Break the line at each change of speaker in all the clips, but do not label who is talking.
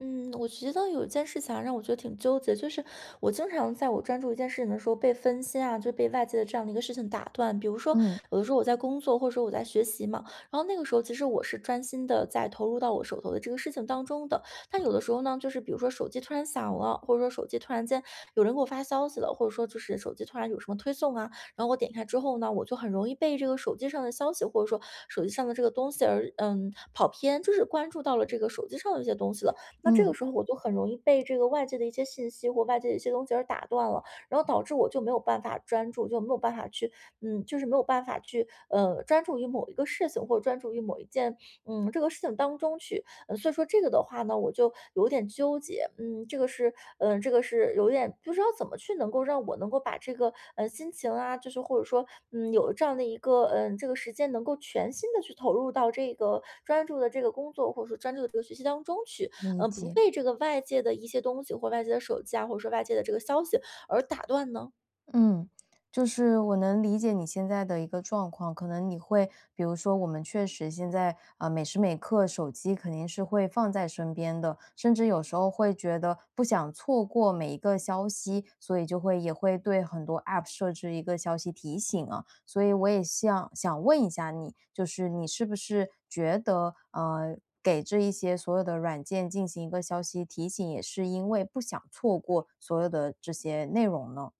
嗯，我觉得有一件事情啊，让我觉得挺纠结，就是我经常在我专注一件事情的时候被分心啊，就被外界的这样的一个事情打断。比如说，
嗯
有的时候我在工作，或者说我在学习嘛，然后那个时候其实我是专心的在投入到我手头的这个事情当中的。但有的时候呢，就是比如说手机突然响了，或者说手机突然间有人给我发消息了，或者说就是手机突然有什么推送啊，然后我点开之后呢，我就很容易被这个手机上的消息，或者说手机上的这个东西而跑偏，就是关注到了这个手机上的一些东西了。那这个
嗯，
时候我就很容易被这个外界的一些信息或外界的一些东西而打断了，然后导致我就没有办法专注，就没有办法去，就是没有办法去，专注于某一个事情或者专注于某一件，这个事情当中去。嗯，所以说这个的话呢，我就有点纠结，这个是，这个是有点不知道怎么去能够让我能够把这个，心情啊，就是或者说，有这样的一个，这个时间能够全心的去投入到这个专注的这个工作或者说专注的这个学习当中去。
理
不
解。
被这个外界的一些东西，或外界的手机啊，或者说外界的这个消息而打断呢？
嗯，就是我能理解你现在的一个状况，可能你会，比如说我们确实现在每时每刻手机肯定是会放在身边的，甚至有时候会觉得不想错过每一个消息，所以就会也会对很多 App 设置一个消息提醒啊。所以我也想问一下你，就是你是不是觉得给这一些所有的软件进行一个消息提醒，也是因为不想错过所有的这些内容呢？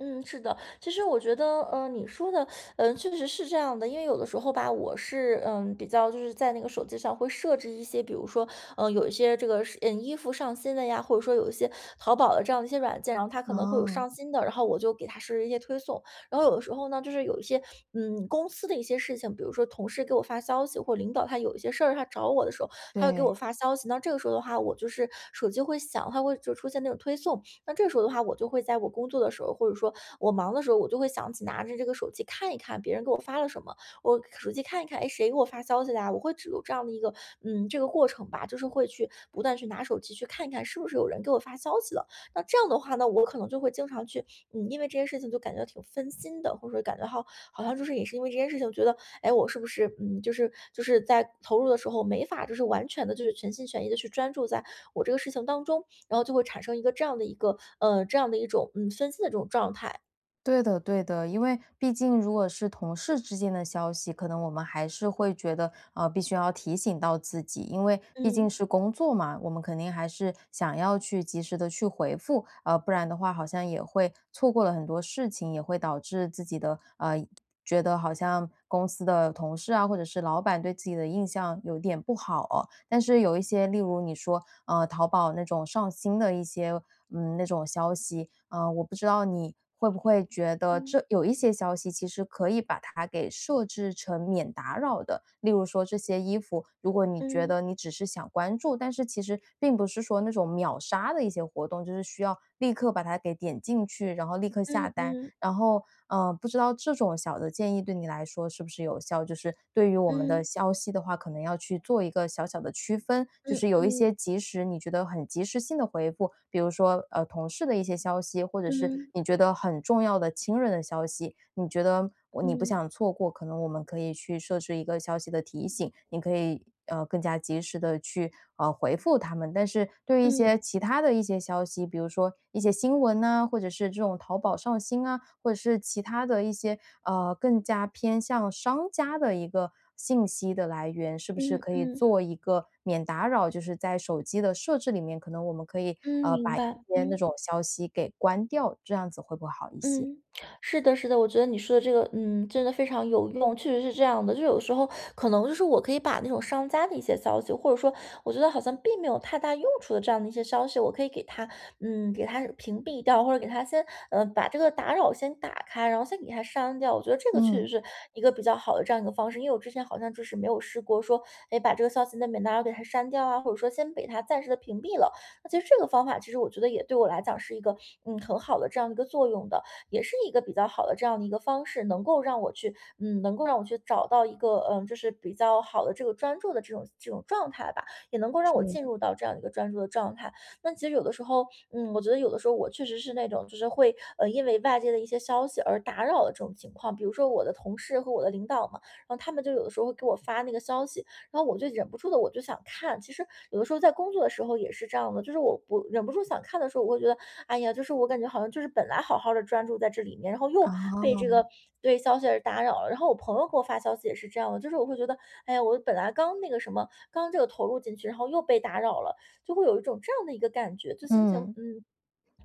嗯，是的，其实我觉得，你说的，确实是这样的，因为有的时候吧，我是，比较就是在那个手机上会设置一些，比如说，有一些这个是，衣服上新的呀，或者说有一些淘宝的这样的一些软件，然后它可能会有
哦，
上新的，然后我就给它设置一些推送，然后有的时候呢，就是有一些，公司的一些事情，比如说同事给我发消息，或领导他有一些事儿他找我的时候，他会给我
对，
发消息，那这个时候的话，我就是手机会响，它会就出现那种推送，那这时候的话，我就会在我工作的时候，或者说我忙的时候，我就会想起拿着这个手机看一看别人给我发了什么，我手机看一看，哎，谁给我发消息啦、我会只有这样的一个，这个过程吧，就是会去不断去拿手机去看一看是不是有人给我发消息了。那这样的话呢，我可能就会经常去，因为这件事情就感觉挺分心的，或者说感觉好，好像就是也是因为这件事情，觉得，哎，我是不是，就是在投入的时候没法，就是完全的，就是全心全意的去专注在我这个事情当中，然后就会产生一个这样的一个这样的一种分析的这种状态。
对的，因为毕竟如果是同事之间的消息，可能我们还是会觉得，必须要提醒到自己，因为毕
嗯
竟是工作嘛，我们肯定还是想要去及时的去回复，不然的话好像也会错过了很多事情，也会导致自己的觉得好像公司的同事啊，或者是老板对自己的印象有点不好哦。但是有一些，例如你说，淘宝那种上新的一些，嗯，那种消息，我不知道你会不会觉得
嗯
这有一些消息其实可以把它给设置成免打扰的。例如说这些衣服，如果你觉
嗯
得你只是想关注，但是其实并不是说那种秒杀的一些活动，就是需要立刻把它给点进去，然后立刻下
嗯
单。
嗯
然后，不知道这种小的建议对你来说是不是有效？就是对于我们的
嗯
消息的话，可能要去做一个小小的区分，就
嗯
是有一
嗯
些及时你觉得很及时性的回复，比如说同事的一些消息，或者是
嗯
你觉得很重要的亲人的消息，你觉得我你不
嗯
想错过，可能我们可以去设置一个消息的提醒，你可以更加及时的去回复他们。但是对于一
嗯
些其他的一些消息，比如说一些新闻呐、或者是这种淘宝上新啊，或者是其他的一些，更加偏向商家的一个信息的来源，是不是
嗯
可以
嗯，
做一个免打扰？就是在手机的设置里面，可能我们可以，
嗯，明
把一
白，
些那
嗯。
种消息给关掉，这样子会不会好一些？
嗯，是的，是的，我觉得你说的这个，真的非常有用，确实是这样的。就有时候可能就是我可以把那种商家的一些消息，或者说我觉得好像并没有太大用处的这样的一些消息，我可以给他屏蔽掉，或者给他先，把这个打扰先打开，然后先给他删掉。我觉得这个确实
嗯，
是一个比较好的这样一个方式，因为我之前好像就是没有试过说，哎，把这个消息那免打扰给他删掉啊，或者说先给他暂时的屏蔽了。那其实这个方法，其实我觉得也对我来讲是一个，很好的这样一个作用的。也是一个比较好的这样的一个方式，能够让我去找到一个，就是比较好的这个专注的这种状态吧，也能够让我进入到这样一个专注的状态。那其实有的时候，我觉得有的时候我确实是那种，就是会，因为外界的一些消息而打扰的这种情况。比如说我的同事和我的领导嘛，然后他们就有的时候会给我发那个消息，然后我就忍不住的我就想看。其实有的时候在工作的时候也是这样的，就是我不忍不住想看的时候，我会觉得哎呀，就是我感觉好像就是本来好好的专注在这里面，然后又被这
哦，
个对消息而打扰了。然后我朋友给我发消息也是这样的，就是我会觉得，哎呀，我本来刚那个什么，刚这个投入进去，然后又被打扰了，就会有一种这样的一个感觉，就心情，
嗯，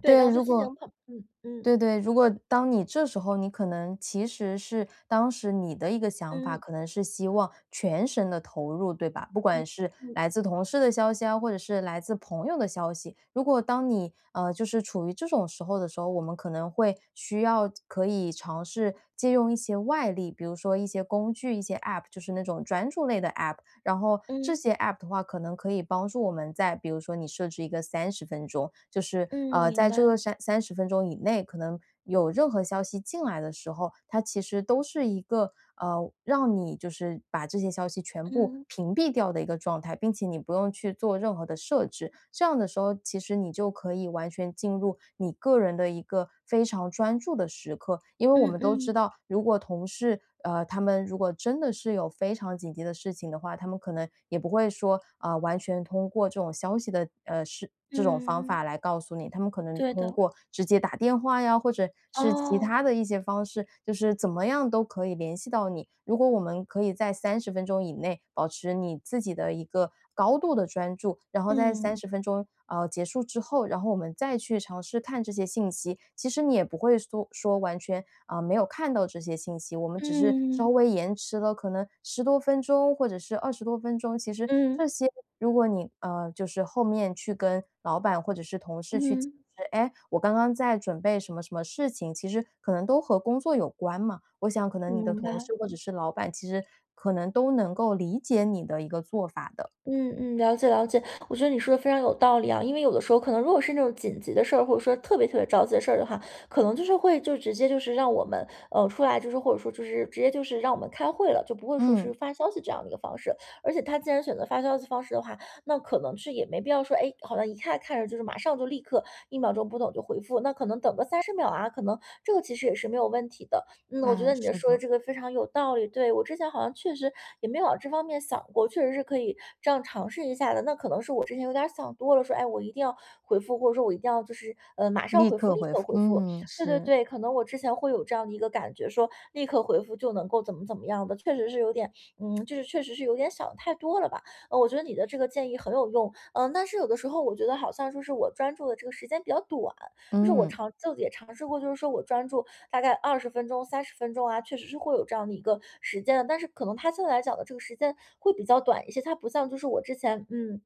对，然
对，
后就
如
心
果
情很，嗯嗯
对，如果当你这时候你可能其实是当时你的一个想法，可
嗯
能是希望全神的投入，对吧？不
嗯
管是
嗯
来自同事的消息啊，或者是来自朋友的消息，如果当你，就是处于这种时候的时候，我们可能会需要可以尝试借用一些外力，比如说一些工具、一些 App,就是那种专注类的 App,然后这
嗯
些 app 的话，可能可以帮助我们在比如说你设置一个三十分钟，就是
嗯，明
在
白，
这个三十分钟以内，可能有任何消息进来的时候，它其实都是一个让你就是把这些消息全部
嗯
屏蔽掉的一个状态，并且你不用去做任何的设置。这样的时候，其实你就可以完全进入你个人的一个非常专注的时刻。因为我
嗯
们都知
嗯
道，如果同事他们如果真的是有非常紧急的事情的话，他们可能也不会说，啊，完全通过这种消息的，是这种方
嗯，
法来告诉你，他们可能
对
通
的，
过直接打电话呀，或者是其
哦，
他的一些方式，就是怎么样都可以联系到你。如果我们可以在三十分钟以内保持你自己的一个高度的专注，然后在三
嗯
十分钟结束之后，然后我们再去尝试看这些信息，其实你也不会说完全啊、没有看到这些信息，我们只是稍
嗯
微延迟了可能十多分钟或者是二十多分钟。其实
嗯
这些，如果你就是后面去跟老板或者是同事去解
嗯，
释，哎，我刚刚在准备什么什么事情，其实可能都和工作有关嘛。我想可能你的
明
同
白。
事或者是老板，其实可能都能够理解你的一个做法的。
嗯嗯，了解了解，我觉得你说的非常有道理啊。因为有的时候可能如果是那种紧急的事儿，或者说特别特别着急的事儿的话，可能就是会就直接就是让我们出来，就是或者说就是直接就是让我们开会了，就不会说
嗯，
是发消息这样的一个方式。而且他既然选择发消息方式的话，那可能是也没必要说，哎，好像一看看着就是马上就立刻1 秒钟不懂就回复，那可能等个30 秒啊，可能这个其实也是没有问题的。我觉
哎，
得你的
是
说的
的，
这个非常有道理。对，我之前好像确实也没有往这方面想过，确实是可以这样尝试一下的。那可能是我之前有点儿想多了，说，哎，我一定要回复，或者说我一定要就是，马上
立
回复，
刻
立
回
刻
复。
回复。
嗯，
对对
是，
对，可能我之前会有这样的一个感觉，说立刻回复就能够怎么怎么样的，确实是有点，就是确实是有点想太多了吧。我觉得你的这个建议很有用。嗯、但是有的时候我觉得好像说是我专注的这个时间比较短，就是我
嗯，
尝就也尝试过，就是说我专注大概二十分钟、三十分钟啊，确实是会有这样的一个时间的。但是可能他现在来讲的这个时间会比较短一些，它不像就是我之前。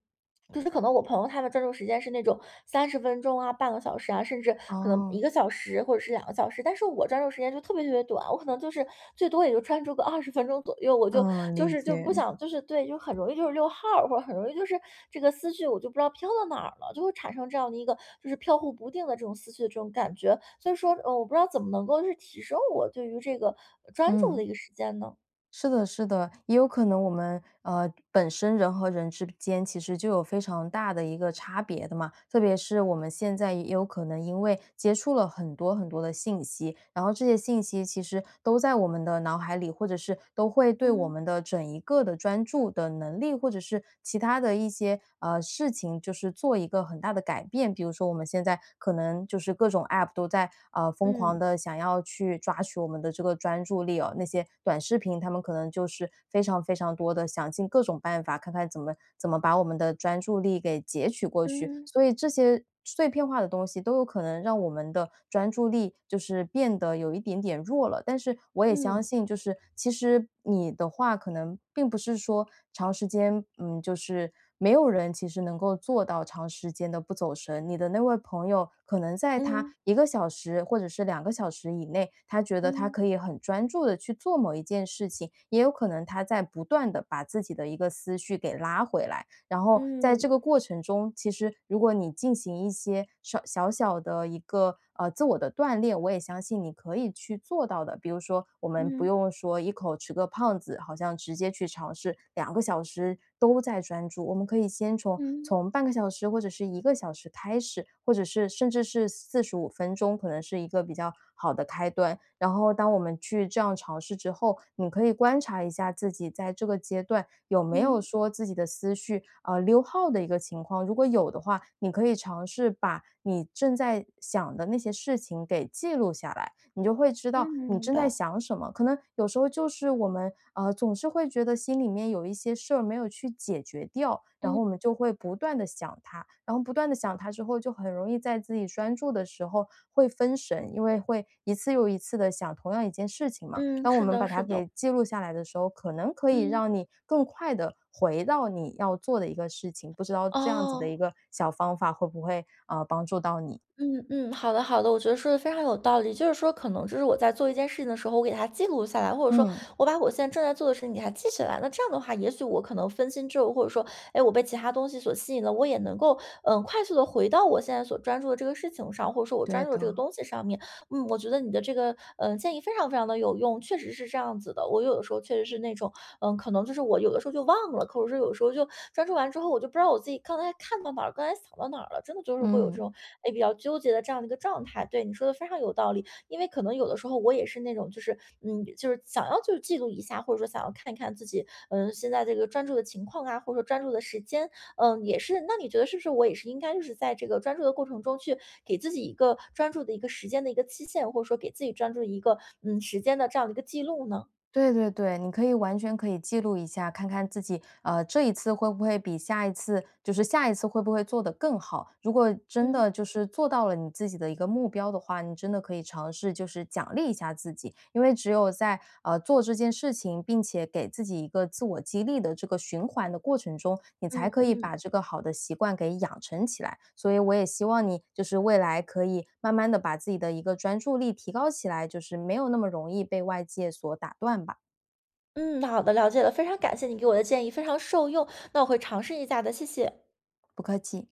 就是可能我朋友他们专注时间是那种三十分钟啊、半个小时啊，甚至可能一
哦，
个小时或者是2 个小时，但是我专注时间就特别特别短，我可能就是最多也就专注个二十分钟左右，我就
嗯，
就
理
是就不
解，
想就是对，就很容易就是溜号儿，或者很容易就是这个思绪我就不知道飘到哪儿了，就会产生这样的一个就是飘忽不定的这种思绪的这种感觉。所以说，我不知道怎么能够就是提升我对于这个专注的
嗯。
一个时间呢？
是的，是的，也有可能我们本身人和人之间其实就有非常大的一个差别的嘛，特别是我们现在也有可能因为接触了很多很多的信息，然后这些信息其实都在我们的脑海里，或者是都会对我
嗯
们的整一个的专注的能力，或者是其他的一些事情，就是做一个。个很大的改变。比如说我们现在可能就是各种 App 都在疯狂
嗯
的想要去抓取我们的这个专注力哦，那些短视频他们可能就是非常非常多的，想尽各种办法看看怎么把我们的专注力给截取过去。
嗯
所以这些碎片化的东西都有可能让我们的专注力就是变得有一点点弱了。但是我也
嗯
相
嗯
信，就是其实你的话可能并不是说长时间，嗯，就是没有人其实能够做到长时间的不走神。你的那位朋友可能在他
嗯
一个小时或者是两个小时以内，他觉得他
嗯。
可以很专注的去做某一件事情，也有可能他在不断的把自己的一个思绪给拉回来。然后在这
嗯
个过程中，其实如果你进行一些小小的一个自我的锻炼，我也相信你可以去做到的。比如说，我们不
嗯，
用说一口吃个胖子，好像直接去尝试两个小时都在专注，我们可以先从
嗯，
从半个小时或者是一个小时开始，或者是甚至是四十五分钟，可能是一个比较好的开端。然后当我们去这样尝试之后，你可以观察一下自己在这个阶段有没有
嗯，
说自己的思绪，溜号的一个情况。如果有的话，你可以尝试把你正在想的那些事情给记录下来。你就会知
嗯，
道你
明
正在
白。
想什么。可能有时候就是我们总是会觉得心里面有一些事儿没有去解决掉，然
嗯，
后我们就会不断的想它，然后不断的想它之后，就很容易在自己专注的时候会分神，因为会一次又一次的想同样一件事情嘛。
嗯，
当我
是
们
的，
把
是
它
的，
给记录下来的时候，可能可以
嗯，
让你更快的回到你要做的一个事情。不知道这样子的一
哦，
个小方法会不会帮助到你？
嗯，嗯，好的，好的，我觉得说的非常有道理。就是说可能就是我在做一件事情的时候，我给它记录下来，或者说
嗯，
我把我现在正在做的事情给它记下来。那这样的话，也许我可能分心之后，或者说，哎，我被其他东西所吸引了，我也能够，快速的回到我现在所专注的这个事情上，或者说我专
对
注的
的，
这个东西上面。我觉得你的这个，建议非常非常的有用，确实是这样子的。我有的时候确实是那种。可能就是我有的时候就忘了，或者是有时候就专注完之后，我就不知道我自己刚才看到哪儿，刚才想到哪儿了，真的就是会有这
嗯。
种哎比较纠结的这样的一个状态。对你说的非常有道理，因为可能有的时候我也是那种就是就是想要就是记录一下，或者说想要看一看自己现在这个专注的情况啊，或者说专注的时间，也是。那你觉得是不是我也是应该就是在这个专注的过程中去给自己一个专注的一个时间的一个期限，或者说给自己专注一个时间的这样的一个记录呢？
对对对你可以完全可以记录一下，看看自己，这一次会不会比下一次，就是下一次会不会做得更好。如果真
嗯
的就是做到了你自己的一个目标的话，你真的可以尝试就是奖励一下自己，因为只有在做这。这件事情，并且给自己一个自我激励的这个循环的过程中，你才
嗯
可以
嗯。
把这个好的习惯给养成起来。所以我也希望你就是未来可以慢慢的把自己的一个专注力提高起来，就是没有那么容易被外界所打断吧。
嗯，好的，了解了，非常感谢你给我的建议，非常受用，那我会尝试一下的，谢谢。
不客气。